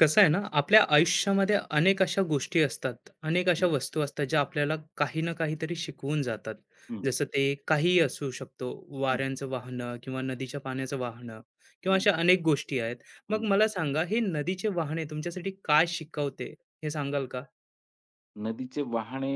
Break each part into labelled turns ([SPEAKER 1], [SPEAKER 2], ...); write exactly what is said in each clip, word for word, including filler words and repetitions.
[SPEAKER 1] कसं आहे ना, आपल्या आयुष्यामध्ये अनेक अशा गोष्टी असतात, अनेक अशा
[SPEAKER 2] हं,
[SPEAKER 1] वस्तू असतात ज्या आपल्याला काही ना काहीतरी शिकवून जातात.
[SPEAKER 2] हं,
[SPEAKER 1] जसं ते काहीही असू शकतो,
[SPEAKER 2] हं,
[SPEAKER 1] वाऱ्यांचं वाहनं किंवा नदीच्या पाण्याचं वाहनं किंवा
[SPEAKER 2] हं,
[SPEAKER 1] अशा अनेक गोष्टी आहेत. मग
[SPEAKER 2] हं.
[SPEAKER 1] मला सांगा, हे नदीचे वाहने तुमच्यासाठी काय शिकवते? हे सांगाल का?
[SPEAKER 2] नदीचे वाहने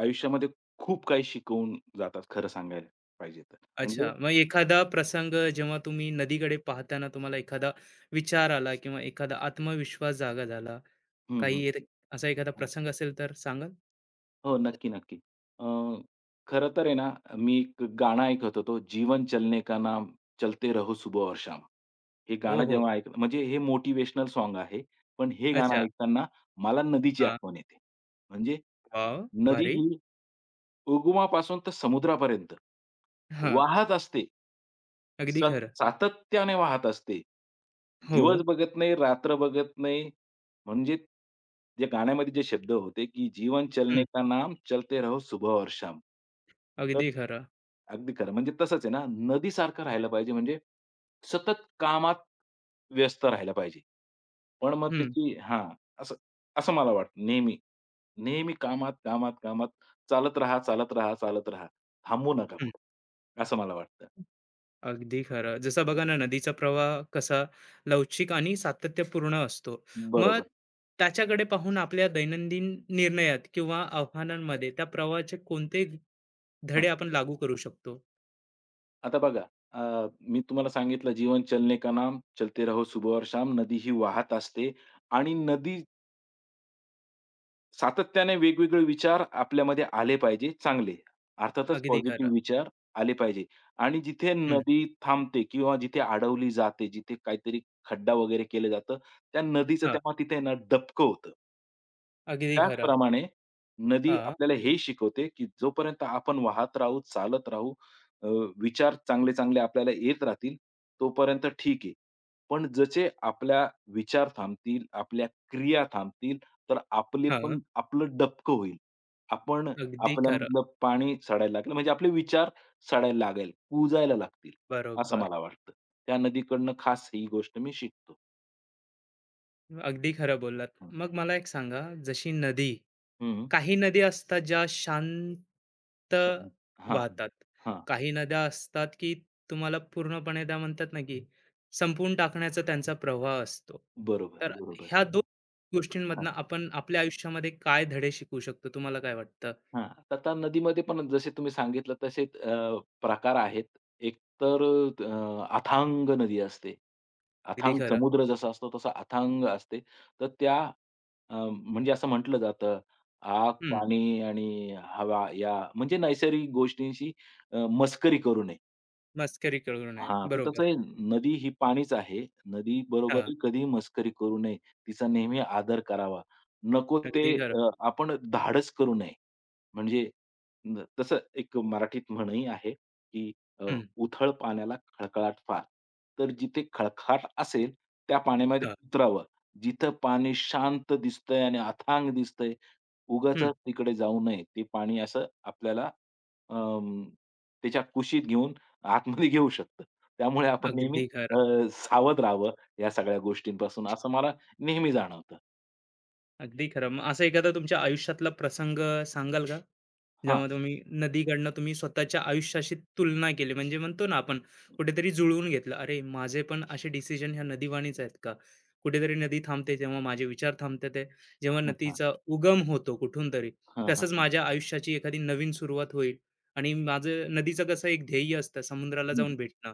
[SPEAKER 2] आयुष्यामध्ये खूप काही शिकवून जातात, खरं सांगायला पाहिजे तर.
[SPEAKER 1] अच्छा,
[SPEAKER 2] म्हणजे
[SPEAKER 1] मग एखादा प्रसंग जेव्हा तुम्ही नदीकडे पाहताना तुम्हाला एखादा विचार आला किंवा एखादा आत्मविश्वास जागा झाला,
[SPEAKER 2] हं,
[SPEAKER 1] काही
[SPEAKER 2] हं.
[SPEAKER 1] एक- असा एखादा प्रसंग असेल तर सांगाल?
[SPEAKER 2] हो, नक्की, नक्की. अ, खरं तर आहे ना, मी एक गाणं ऐकत होतो, जीवन चलने का नाम, चलते रहो सुबह और शाम. हे
[SPEAKER 1] ओ
[SPEAKER 2] गाणं
[SPEAKER 1] हो.
[SPEAKER 2] जेव्हा ऐकलं म्हणजे हे मोटिव्हेशनल सॉन्ग आहे. पण हे गाणं
[SPEAKER 1] अच्छा.
[SPEAKER 2] ऐकताना मला नदीची आठवण येते. म्हणजे
[SPEAKER 1] वाव,
[SPEAKER 2] नदी
[SPEAKER 1] भारी.
[SPEAKER 2] ही उगमापासून तर समुद्रापर्यंत
[SPEAKER 1] हां,
[SPEAKER 2] वाहत असते.
[SPEAKER 1] अगदी
[SPEAKER 2] सत
[SPEAKER 1] खरं.
[SPEAKER 2] सातत्याने वाहत असते.
[SPEAKER 1] हो.
[SPEAKER 2] दिवस बघत नाही, रात्र बघत नाही. म्हणजे जे गाण्यामध्ये जे शब्द होते, की "जीवन
[SPEAKER 1] हं.
[SPEAKER 2] चलने का नाम, चलते रहो सुबह और शाम." तर
[SPEAKER 1] अगदी खरं.
[SPEAKER 2] अगदी खरं. म्हणजे तसंच आहे ना, नदीसारखं राहायला पाहिजे म्हणजे सतत कामात व्यस्त राहायला पाहिजे. पण मग
[SPEAKER 1] हं,
[SPEAKER 2] त्याची हां, असं असं मला वाटतं नेहमी. नेहमी कामात, कामात, कामात चालत राहा, चालत राहा, चालत राहा. थांबू नका
[SPEAKER 1] हं.
[SPEAKER 2] कुठे, असं मला वाटतं.
[SPEAKER 1] अगदी खरं. जसं बघा ना, नदीचा प्रवाह कसा लवचिक आणि सातत्यपूर्ण असतो. मग
[SPEAKER 2] बरोबर.
[SPEAKER 1] त्याच्याकडे पाहून आपल्या दैनंदिन निर्णयात किंवा आव्हानांमध्ये त्या प्रवाहाचे कोणते धडे आपण लागू करू शकतो?
[SPEAKER 2] आता बघा, अ, मी तुम्हाला सांगितलं जीवन चलने का नाम, चलते रहो सुबह और शाम, नदी ही वाहत असते आणि नदी सातत्याने वेगवेगळे विचार आपल्यामध्ये आले पाहिजे चांगले. अर्थातच
[SPEAKER 1] अगदी खरं.
[SPEAKER 2] पॉझिटिव्ह विचार आले पाहिजे आणि जिथे
[SPEAKER 1] हं,
[SPEAKER 2] नदी थांबते किंवा जिथे अडवली जाते, जिथे काहीतरी खड्डा वगैरे केलं जातं, त्या नदीचं
[SPEAKER 1] हां.
[SPEAKER 2] तेव्हा तिथे ना डबकं होतं.
[SPEAKER 1] अगदी खरं.
[SPEAKER 2] त्याचप्रमाणे नदी
[SPEAKER 1] हां,
[SPEAKER 2] आपल्याला हे शिकवते, की जोपर्यंत आपण वाहत राहू, चालत राहू, अ, विचार चांगले-चांगले आपल्याला येत राहतील, तोपर्यंत ठीक आहे. पण जसे आपल्या विचार थांबतील, आपल्या क्रिया थांबतील तर आपली
[SPEAKER 1] हां.
[SPEAKER 2] पण आपलं डबकं होईल. आपण
[SPEAKER 1] अगदी खरं.
[SPEAKER 2] आपल्यामधलं पाणी सडायला लागेल, म्हणजे आपले विचार सडायला लागेल, कुजायला लागतील, असं
[SPEAKER 1] बरोबर.
[SPEAKER 2] मला वाटतं. त्या नदीकडनं खास ही गोष्ट मी शिकतो.
[SPEAKER 1] अगदी खरं बोललात.
[SPEAKER 2] हं.
[SPEAKER 1] मग मला एक सांगा, जशी नदी,
[SPEAKER 2] हं.
[SPEAKER 1] काही नद्या असतात ज्या शांत
[SPEAKER 2] अच्छा. हां,
[SPEAKER 1] वाहतात,
[SPEAKER 2] हां.
[SPEAKER 1] काही नद्या असतात की तुम्हाला पूर्णपणे त्या म्हणतात ना, की संपवून टाकण्याचा त्यांचा प्रवाह असतो.
[SPEAKER 2] बरोबर,
[SPEAKER 1] तर
[SPEAKER 2] बरोबर.
[SPEAKER 1] ह्या दोन गोष्टींमधनं आपण आपल्या आयुष्यामध्ये काय धडे शिकू शकतो, तुम्हाला काय वाटतं?
[SPEAKER 2] हां, तर त्या नदीमध्ये पण जसे तुम्ही सांगितलं तसे अ, प्रकार आहेत. एक तर अ, अथांग नदी असते.
[SPEAKER 1] अगदी
[SPEAKER 2] अथांग
[SPEAKER 1] खरं.
[SPEAKER 2] समुद्र जसा असतो तसा अथांग असते. तर त्या अ, म्हणजे असं म्हटलं जातं, आग,
[SPEAKER 1] हम्म.
[SPEAKER 2] पाणी आणि हवा या म्हणजे नैसर्गिक गोष्टींशी अ, मस्करी करू नये.
[SPEAKER 1] मस्करी करू नये,
[SPEAKER 2] हां, तर तसं
[SPEAKER 1] बरोबर.
[SPEAKER 2] हे नदी ही पाणीच आहे. नदी
[SPEAKER 1] हा.
[SPEAKER 2] बरोबरही कधीही मस्करी करू नये. तिचा नेहमी आदर करावा. नको ते
[SPEAKER 1] अगदी खरं.
[SPEAKER 2] अ, आपण धाडस करू नये. म्हणजे न तसं एक मराठीत म्हणही आहे, की अ,
[SPEAKER 1] हम्म.
[SPEAKER 2] "उथळ पाण्याला खळखळाट फार." तर जिथे खळखळाट असेल त्या पाण्यामध्ये
[SPEAKER 1] हा.
[SPEAKER 2] उतरावं. जिथं पाणी शांत दिसतंय आणि अथांग दिसतंय,
[SPEAKER 1] हम्म.
[SPEAKER 2] उगाचच तिकडे जाऊ नये. ते पाणी असं आपल्याला अं, त्याच्या कुशीत घेऊन आतमध्ये घेऊ शकतं. त्यामुळे आपण नेहमी
[SPEAKER 1] अगदी
[SPEAKER 2] अ,
[SPEAKER 1] खरं.
[SPEAKER 2] सावध राहावं या सगळ्या गोष्टींपासून असं मला नेहमी जाणवतं.
[SPEAKER 1] अगदी खरं, मग असा एखादा तुमच्या आयुष्यातला प्रसंग सांगाल का,
[SPEAKER 2] हां.
[SPEAKER 1] जेव्हा तुम्ही नदीकडनं तुम्ही स्वतःच्या आयुष्याशी तुलना केली, म्हणजे म्हणतो ना आपण, कुठेतरी जुळवून घेतलं, अरे माझे पण असे डिसिजन ह्या नदीवाणीच आहेत का? कुठेतरी नदी थांबते तेव्हा माझे विचार थांबतात आहे. जेव्हा
[SPEAKER 2] हां, हां.
[SPEAKER 1] नदीचा उगम होतो कुठून तरी,
[SPEAKER 2] हां, हां,
[SPEAKER 1] तसंच
[SPEAKER 2] हां.
[SPEAKER 1] माझ्या आयुष्याची एखादी नवीन सुरुवात होईल. आणि माझं, नदीचं कसं एक ध्येय असतं समुद्राला
[SPEAKER 2] हं.
[SPEAKER 1] जाऊन भेटणं,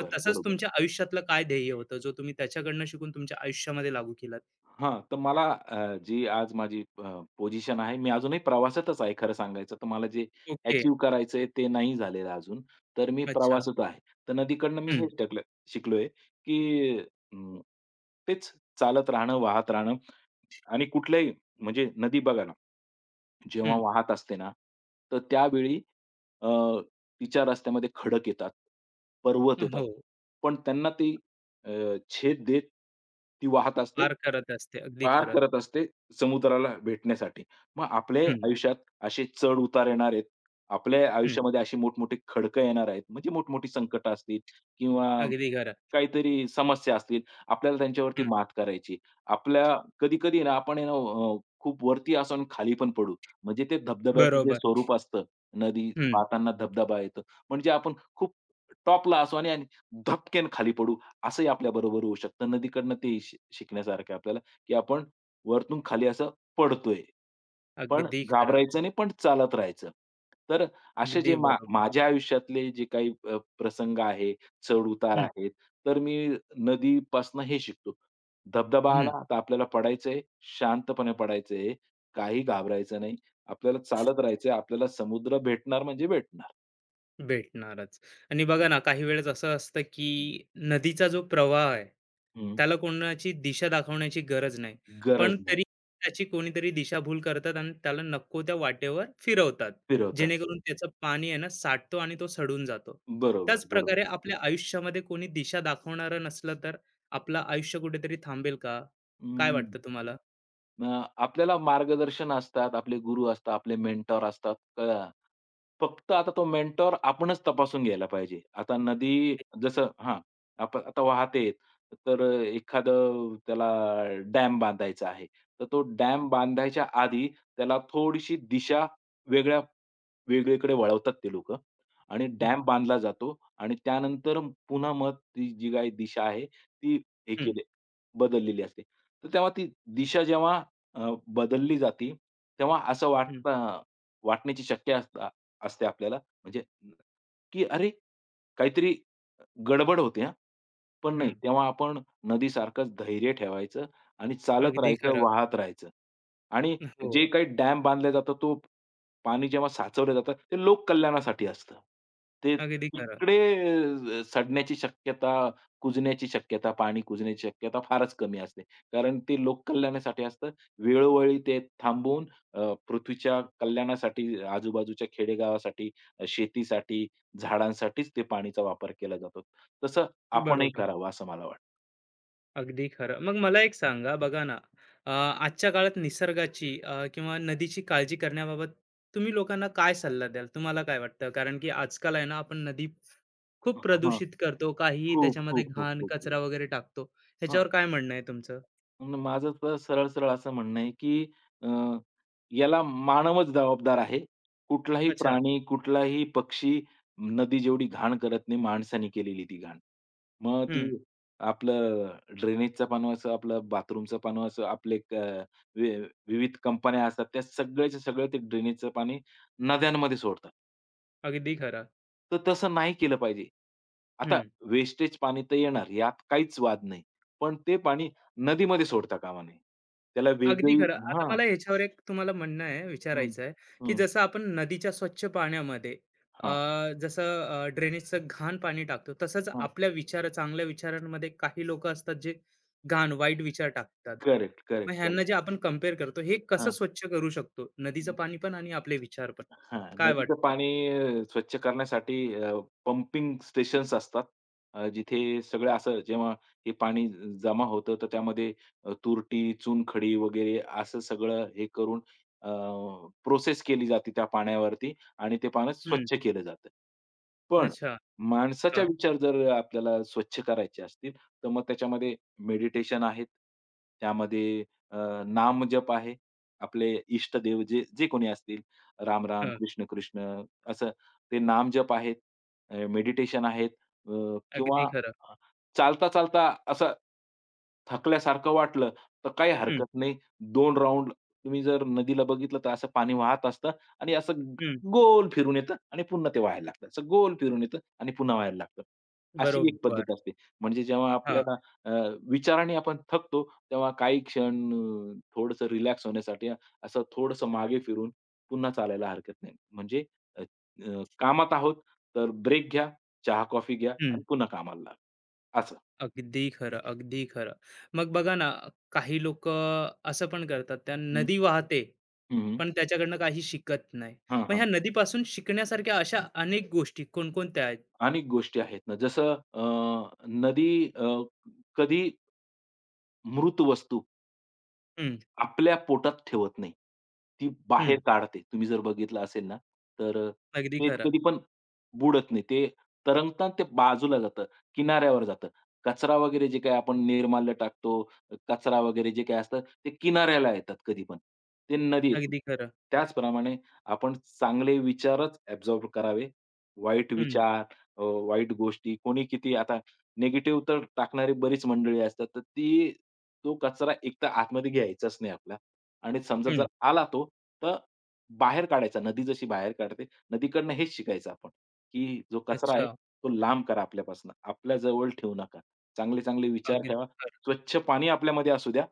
[SPEAKER 1] मग तसंच
[SPEAKER 2] बरोबर.
[SPEAKER 1] तुमच्या आयुष्यातलं काय ध्येय होतं जो तुम्ही त्याच्याकडनं शिकून तुमच्या आयुष्यामध्ये लागू केलात?
[SPEAKER 2] हां, तर मला अ, जी आज माझी अ, पोझिशन आहे, मी अजूनही प्रवासातच आहे खरं सांगायचं तर मला जे
[SPEAKER 1] ओके.
[SPEAKER 2] अचीव्ह करायचंय ते नाही झालेलं अजून. तर मी
[SPEAKER 1] अच्छा.
[SPEAKER 2] प्रवासात आहे. तर नदीकडनं मी
[SPEAKER 1] हम्म.
[SPEAKER 2] हेच टाकलं शिकलोय, की अं, तेच चालत राहणं, वाहत राहणं आणि कुठल्याही म्हणजे नदी बघा ना, जेव्हा
[SPEAKER 1] हम्म.
[SPEAKER 2] वाहत असते ना, तर त्यावेळी अ, तिच्या रस्त्यामध्ये खडक येतात, पर्वत येतात.
[SPEAKER 1] हो.
[SPEAKER 2] पण त्यांना ती अ, छेद देत ती वाहत असते
[SPEAKER 1] पार करत असते, अगदी
[SPEAKER 2] पार
[SPEAKER 1] खरं.
[SPEAKER 2] करत असते समुद्राला भेटण्यासाठी. मग आपल्याही
[SPEAKER 1] हम्म.
[SPEAKER 2] आयुष्यात असे चढ-उतार येणार आहेत. आपल्या
[SPEAKER 1] हं,
[SPEAKER 2] आयुष्यामध्ये अशी मोठमोठी खडकं येणार आहेत. म्हणजे मोठमोठी संकटं असतील किंवा
[SPEAKER 1] अगदी खरं.
[SPEAKER 2] काहीतरी समस्या असतील. आपल्याला त्यांच्यावरती
[SPEAKER 1] हं,
[SPEAKER 2] मात करायची. आपल्या कधी-कधी ना आपण आहे ना अ, खूप वरती असू आणि खाली पण पडू. म्हणजे ते धबधब्याचं जे
[SPEAKER 1] बरोबर.
[SPEAKER 2] स्वरूप असतं, नदी
[SPEAKER 1] हं,
[SPEAKER 2] वाहताना धबधबा येतो. म्हणजे आपण खूप टॉपला असू आणि आणि धपकेन खाली पडू. असंही आपल्याबरोबर होऊ शकतं. नदीकडनं ते शि शिकण्यासारखं आहे आपल्याला. की आपण वरतून खाली असं पडतोय. पण
[SPEAKER 1] अगदी खरं.
[SPEAKER 2] घाबरायचं नाही, पण चालत राहायचं. तर असे
[SPEAKER 1] अगदी
[SPEAKER 2] जे मा
[SPEAKER 1] बरोबर.
[SPEAKER 2] माझ्या आयुष्यातले जे काही अ, प्रसंग आहे, चढ-उतार
[SPEAKER 1] हं,
[SPEAKER 2] आहेत, तर मी नदीपासून हे शिकतो. धबधबा
[SPEAKER 1] हं,
[SPEAKER 2] आला, आता आपल्याला पडायचंय, शांतपणे पडायचंय, काही घाबरायचं नाही. आपल्याला चालत राहायचंय, आपल्याला समुद्र भेटणार म्हणजे भेटणार.
[SPEAKER 1] भेटणारच. आणि बघा ना, काही वेळेस असं असतं की नदीचा जो प्रवाह आहे,
[SPEAKER 2] हं,
[SPEAKER 1] त्याला कोणाची दिशा दाखवण्याची गरज नाही.
[SPEAKER 2] गरज
[SPEAKER 1] पण
[SPEAKER 2] म्हणून
[SPEAKER 1] तरी त्याची कोणीतरी दिशाभूल करतात आणि त्याला नको त्या वाटेवर फिरवतात.
[SPEAKER 2] फिरवतात.
[SPEAKER 1] जेणेकरून त्याचं पाणी आहे ना, साठतो आणि तो सडून जातो.
[SPEAKER 2] बरोबर,
[SPEAKER 1] त्याच
[SPEAKER 2] बरोबर.
[SPEAKER 1] प्रकारे आपल्या आयुष्यामध्ये कोणी दिशा दाखवणारं नसलं तर आपलं आयुष्य कुठेतरी थांबेल का? काय
[SPEAKER 2] हं.
[SPEAKER 1] वाटतं तुम्हाला?
[SPEAKER 2] अ, आपल्याला मार्गदर्शन असतात, आपले गुरु असतात, आपले मेंटॉर असतात. अ, फक्त आता तो मेंटॉर आपणच तपासून घ्यायला पाहिजे. आता नदी जसं हां, आप आता वाहते, तर अ, एखादं त्याला डॅम बांधायचा आहे. तर तो डॅम बांधायच्या आधी त्याला थोडीशी दिशा वेगळ्या वेगळीकडे वळवतात ते लोकं आणि डॅम बांधला जातो आणि त्यानंतर पुन्हा मग ती जी काही दिशा आहे ती हे
[SPEAKER 1] हं,
[SPEAKER 2] केले बदललेली असते. तर तेव्हा ती दिशा जेव्हा अ, बदलली जाते, तेव्हा असं
[SPEAKER 1] हं,
[SPEAKER 2] वाटतं वाटण्याची शक्य असता असते आपल्याला म्हणजे की अरे काहीतरी गडबड होते हा, पण नाही
[SPEAKER 1] हं.
[SPEAKER 2] तेव्हा आपण नदीसारखंच धैर्य ठेवायचं आणि चालत
[SPEAKER 1] अगदी
[SPEAKER 2] राहायचं,
[SPEAKER 1] खरं.
[SPEAKER 2] वाहत राहायचं. आणि
[SPEAKER 1] हो,
[SPEAKER 2] जे काही डॅम बांधले जातात तो पाणी जेव्हा साचवलं जातं ते लोककल्याणासाठी असतं. ते
[SPEAKER 1] अगदी खरं.
[SPEAKER 2] तिकडे अ, सडण्याची शक्यता, कुजण्याची शक्यता, पाणी कुजण्याची शक्यता फारच कमी असते. कारण ते लोककल्याणासाठी असतं. वेळोवेळी ते थांबवून अ, पृथ्वीच्या कल्याणासाठी आजूबाजूच्या खेडेगावासाठी, अ, शेतीसाठी, झाडांसाठीच ते पाणीचा वापर केला जातो. तसं आपणही
[SPEAKER 1] बरोबर.
[SPEAKER 2] करावं असं मला वाटतं.
[SPEAKER 1] अगदी खरं. मग मला एक सांगा, बघा ना, अ, आजच्या काळात निसर्गाची अ, किंवा नदीची काळजी करण्याबाबत तुम्ही लोकांना काय सल्ला द्याल? तुम्हाला काय वाटतं? कारण की आजकाल आहे ना, आपण नदी खूप
[SPEAKER 2] हां.
[SPEAKER 1] प्रदूषित करतो. काहीही
[SPEAKER 2] खूप,
[SPEAKER 1] त्याच्यामध्ये
[SPEAKER 2] खूप, खूप,
[SPEAKER 1] घाण,
[SPEAKER 2] खूप, खूप.
[SPEAKER 1] कचरा वगैरे टाकतो.
[SPEAKER 2] हां.
[SPEAKER 1] ह्याच्यावर काय म्हणणं आहे तुमचं?
[SPEAKER 2] अन् माझं तर सरळ-सरळ असं म्हणणं आहे, की अ, याला मानवच जबाबदार आहे. कुठलाही
[SPEAKER 1] अच्छा.
[SPEAKER 2] प्राणी, कुठलाही पक्षी, नदी जेवढी घाण करत नाही, माणसाने केलेली ती घाण. मग ती
[SPEAKER 1] हं.
[SPEAKER 2] आपलं ड्रेनेजचं पाणी असो, आपलं बाथरूमचं पाणी असो, आपले क वि विविध कंपन्या असतात, त्या सगळ्याच्या सगळं ते ड्रेनेजचं पाणी नद्यांमध्ये सोडतात.
[SPEAKER 1] अगदी खरं.
[SPEAKER 2] तर तसं नाही केलं पाहिजे. आता
[SPEAKER 1] हं.
[SPEAKER 2] वेस्टेज पाणी तर येणार यात काहीच वाद नाही. पण ते पाणी नदीमध्ये सोडता कामा नये. त्याला
[SPEAKER 1] अगदी
[SPEAKER 2] वेगळी
[SPEAKER 1] खरं. आता
[SPEAKER 2] हां.
[SPEAKER 1] मला ह्याच्यावर एक तुम्हाला म्हणणं आहे,
[SPEAKER 2] हं,
[SPEAKER 1] विचारायचं आहे, की
[SPEAKER 2] हं.
[SPEAKER 1] जसं आपण नदीच्या स्वच्छ पाण्यामध्ये अ,
[SPEAKER 2] हां,
[SPEAKER 1] जसं अ, ड्रेनेजचं घाण पाणी टाकतो, तसंच
[SPEAKER 2] हां.
[SPEAKER 1] आपल्या विचार, चांगल्या विचारांमध्ये काही लोकं असतात, जे घाण, वाईट विचार टाकतात.
[SPEAKER 2] करेक्ट, करेक्ट,
[SPEAKER 1] मग ह्यांना
[SPEAKER 2] करेक्ट.
[SPEAKER 1] जे आपण कंपेअर करतो, हे कसं
[SPEAKER 2] हां.
[SPEAKER 1] स्वच्छ करू शकतो? नदीचं पाणी पण आणि आपले विचार पण.
[SPEAKER 2] हां,
[SPEAKER 1] काय
[SPEAKER 2] नदीचं
[SPEAKER 1] वाटतं?
[SPEAKER 2] पाणी अ, स्वच्छ करण्यासाठी पंपिंग स्टेशन्स असतात. अ, जिथे सगळं असं जेव्हा हे पाणी जमा होतं, तर त्यामध्ये अ, तुरटी, चुनखडी वगैरे असं सगळं हे करून प्रोसेस केली जाते त्या पाण्यावरती आणि ते पाणी
[SPEAKER 1] हं.
[SPEAKER 2] स्वच्छ केलं जातं. पण
[SPEAKER 1] अच्छा.
[SPEAKER 2] माणसाचा
[SPEAKER 1] हां,
[SPEAKER 2] विचार जर आपल्याला स्वच्छ करायचे असतील, तर मग त्याच्यामध्ये मेडिटेशन आहेत. त्यामध्ये अ, नामजप आहे. आपले इष्टदेव जे जे कोणी असतील राम राम,
[SPEAKER 1] हां.
[SPEAKER 2] कृष्ण कृष्ण असं ते नामजप आहेत, मेडिटेशन आहेत अ, किंवा
[SPEAKER 1] अगदी खरं.
[SPEAKER 2] अ, चालता चालता असं थकल्यासारखं वाटलं, तर काही
[SPEAKER 1] हं,
[SPEAKER 2] हरकत नाही. दोन राउंड तुम्ही जर नदीला बघितलं तर असं पाणी वाहत असतं आणि असं ग-
[SPEAKER 1] हं.
[SPEAKER 2] गोल फिरून येतं आणि पुन्हा ते वाहायला लागतं. असं गोल फिरून येतं आणि पुन्हा व्हायला लागतं. अशी एक
[SPEAKER 1] बरोबर.
[SPEAKER 2] पद्धत असते. म्हणजे जेव्हा
[SPEAKER 1] हां.
[SPEAKER 2] आपल्याला अ, विचाराने आपण थकतो, तेव्हा काही क्षण अ, रिलॅक्स होण्यासाठी असं थोडंसं मागे फिरून पुन्हा चालायला हरकत नाही. म्हणजे अ, अ, कामात आहोत, तर ब्रेक घ्या, चहा-कॉफी घ्या
[SPEAKER 1] हं.
[SPEAKER 2] आणि पुन्हा कामाला लागा. असं.
[SPEAKER 1] अगदी खरं, अगदी खरं. मग बघा ना, काही लोक असं पण करतात, त्या
[SPEAKER 2] हं,
[SPEAKER 1] नदी वाहते,
[SPEAKER 2] हं.
[SPEAKER 1] पण त्याच्याकडनं काही शिकत नाही.
[SPEAKER 2] हां,
[SPEAKER 1] मग ह्या
[SPEAKER 2] हां.
[SPEAKER 1] नदीपासून शिकण्यासारख्या अशा अनेक गोष्टी कोणकोणत्या आहेत?
[SPEAKER 2] अनेक गोष्टी आहेत ना, जसं अ, नदी अ, कधी मृत वस्तू
[SPEAKER 1] हं,
[SPEAKER 2] आपल्या पोटात ठेवत नाही. ती बाहेर
[SPEAKER 1] हं.
[SPEAKER 2] काढते. तुम्ही जर बघितलं असेल ना, तर अ,
[SPEAKER 1] अगदी
[SPEAKER 2] ते
[SPEAKER 1] खरं,
[SPEAKER 2] कधी पण बुडत नाही. ते तरंगतात ते बाजूला जातं, किनाऱ्यावर जातं. कचरा वगैरे जे काही आपण निर्माल्य टाकतो, कचरा वगैरे जे काही असतं, ते किनाऱ्याला येतात कधी पण. ते नदीत नाही.
[SPEAKER 1] अगदी खरं.
[SPEAKER 2] त्याचप्रमाणे आपण चांगले विचारच ॲब्झॉर्ब करावे. वाईट
[SPEAKER 1] हं,
[SPEAKER 2] विचार, अ, वाईट गोष्टी कोणी किती आता निगेटिव्ह तर टाकणारी बरीच मंडळी असतात. तर ती तो कचरा एकतर आतमध्ये घ्यायचाच नाही आपला आणि समजा जर
[SPEAKER 1] हं.
[SPEAKER 2] आला तो, तर बाहेर काढायचा. नदी जशी बाहेर काढते, नदीकडनं हेच शिकायचं आपण, की जो कचरा आहे
[SPEAKER 1] अच्छा.
[SPEAKER 2] तो लांब करा आपल्यापासून. आपल्या जवळ ठेवू नका. चांगले-चांगले विचार
[SPEAKER 1] अगदी
[SPEAKER 2] ठेवा.
[SPEAKER 1] खरं.
[SPEAKER 2] स्वच्छ पाणी आपल्यामध्ये असू द्या.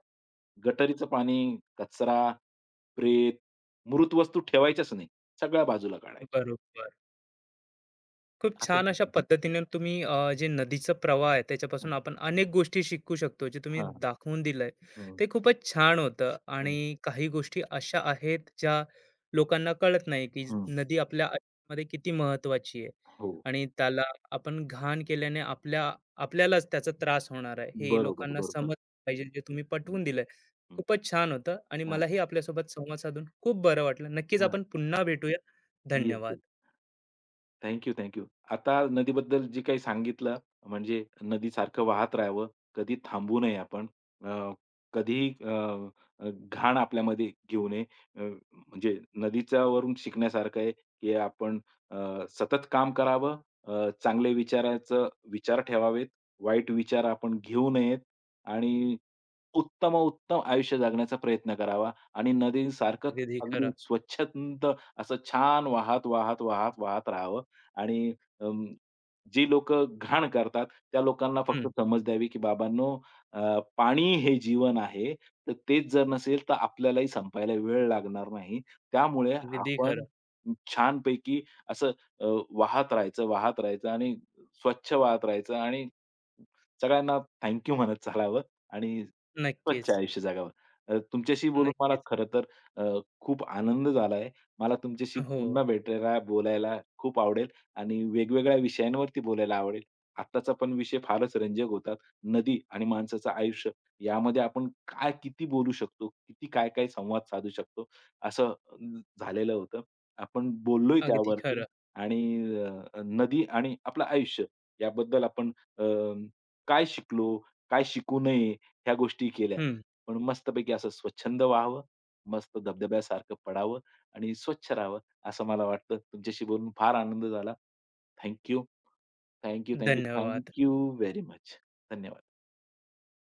[SPEAKER 2] गटारीचं पाणी, कचरा, प्रेत, मृत वस्तू ठेवायच्याच नाही. सगळ्या बाजूला काढायच्या.
[SPEAKER 1] बरोबर. खूप
[SPEAKER 2] असं
[SPEAKER 1] छान अशा
[SPEAKER 2] शिकलो.
[SPEAKER 1] पद्धतीने तुम्ही, अ, जे नदीचा प्रवाह आहे
[SPEAKER 2] हं.
[SPEAKER 1] त्याच्यापासून आपण अनेक गोष्टी शिकू शकतो, जे तुम्ही
[SPEAKER 2] हां.
[SPEAKER 1] दाखवून दिलंय,
[SPEAKER 2] हं,
[SPEAKER 1] ते खूपच छान होतं. आणि
[SPEAKER 2] हं,
[SPEAKER 1] काही गोष्टी अशा आहेत ज्या लोकांना कळत नाही, की
[SPEAKER 2] हं.
[SPEAKER 1] नदी आपल्या आयुष्यामध्ये किती महत्वाची आहे
[SPEAKER 2] हो.
[SPEAKER 1] आणि त्याला आपण घाण केल्याने आपल्या आपल्यालाच त्याचा त्रास होणार आहे, हे
[SPEAKER 2] बरोबर,
[SPEAKER 1] लोकांना
[SPEAKER 2] बरोबर.
[SPEAKER 1] समज पाहिजे, जे तुम्ही
[SPEAKER 2] हं,
[SPEAKER 1] पटवून दिलंय.
[SPEAKER 2] हं.
[SPEAKER 1] खूपच छान होतं आणि
[SPEAKER 2] हां,
[SPEAKER 1] मलाही आपल्यासोबत संवाद साधून खूप बरं वाटलं. नक्कीच
[SPEAKER 2] हां.
[SPEAKER 1] आपण पुन्हा भेटूया.
[SPEAKER 2] येस,
[SPEAKER 1] धन्यवाद.
[SPEAKER 2] Thank you, thank you. आता नदीबद्दल जे काही सांगितलं म्हणजे नदीसारखं वाहत राहावं, कधी थांबू नये आपण. अ, कधीही अ, अ, घाण आपल्यामध्ये घेऊ नये. अ, म्हणजे नदीच्यावरून शिकण्यासारखं आहे, की आपण अ, सतत काम करावं, अ, चांगले विचाराचं विचार ठेवावेत, वाईट विचार आपण घेऊ नयेत आणि उत्तमोत्तम आयुष्य जगण्याचा प्रयत्न करावा आणि नदीसारखंच
[SPEAKER 1] अगदी
[SPEAKER 2] अगदी
[SPEAKER 1] खरं.
[SPEAKER 2] स्वच्छंद असं छान वाहत, वाहत, वाहत, वाहत राहावं. आणि अं, जी लोक घाण करतात, त्या लोकांना फक्त
[SPEAKER 1] हम्म.
[SPEAKER 2] समज द्यावी, की बाबांनो अ, पाणी हे जीवन आहे. तर तेच जर नसेल, तर आपल्यालाही संपायला वेळ लागणार नाही. त्यामुळे
[SPEAKER 1] अगदी
[SPEAKER 2] आपण
[SPEAKER 1] खरं.
[SPEAKER 2] छानपैकी असं अ, वाहत राहायचं, वाहत राहायचं आणि स्वच्छ वाहत राहायचं आणि सगळ्यांना थँक म्हणत चालावं आणि स्वच्छ
[SPEAKER 1] नक्कीच,
[SPEAKER 2] आयुष्य जगावं. अ, तुमच्याशी बोलून मला
[SPEAKER 1] नक्कीच.
[SPEAKER 2] खरं तर अ, खूप आनंद झाला आहे. मला तुमच्याशी
[SPEAKER 1] हो,
[SPEAKER 2] पुन्हा भेटायला, बोलायला खूप आवडेल आणि वेगवेगळ्या विषयांवरती बोलायला आवडेल. आत्ताचा पण विषय फारच रंजक होता. नदी आणि माणसाचं आयुष्य यामध्ये आपण काय किती बोलू शकतो, किती काय-काय संवाद साधू शकतो, असं अं, झालेलं होतं. आपण बोललोय
[SPEAKER 1] अगदी
[SPEAKER 2] त्यावरती
[SPEAKER 1] खरं.
[SPEAKER 2] आणि अ, नदी आणि आपलं आयुष्य याबद्दल आपण अ, काय शिकलो, काय शिकू नये ह्या गोष्टी केल्या.
[SPEAKER 1] हं.
[SPEAKER 2] पण मस्तपैकी असं स्वच्छंद व्हावं, मस्त धबधब्यासारखं पडावं आणि स्वच्छ राहावं, असं मला वाटतं. तुमच्याशी बोलून फार आनंद झाला. Thank you. Thank you, thank you,
[SPEAKER 1] धन्यवाद.
[SPEAKER 2] Thank very much. धन्यवाद.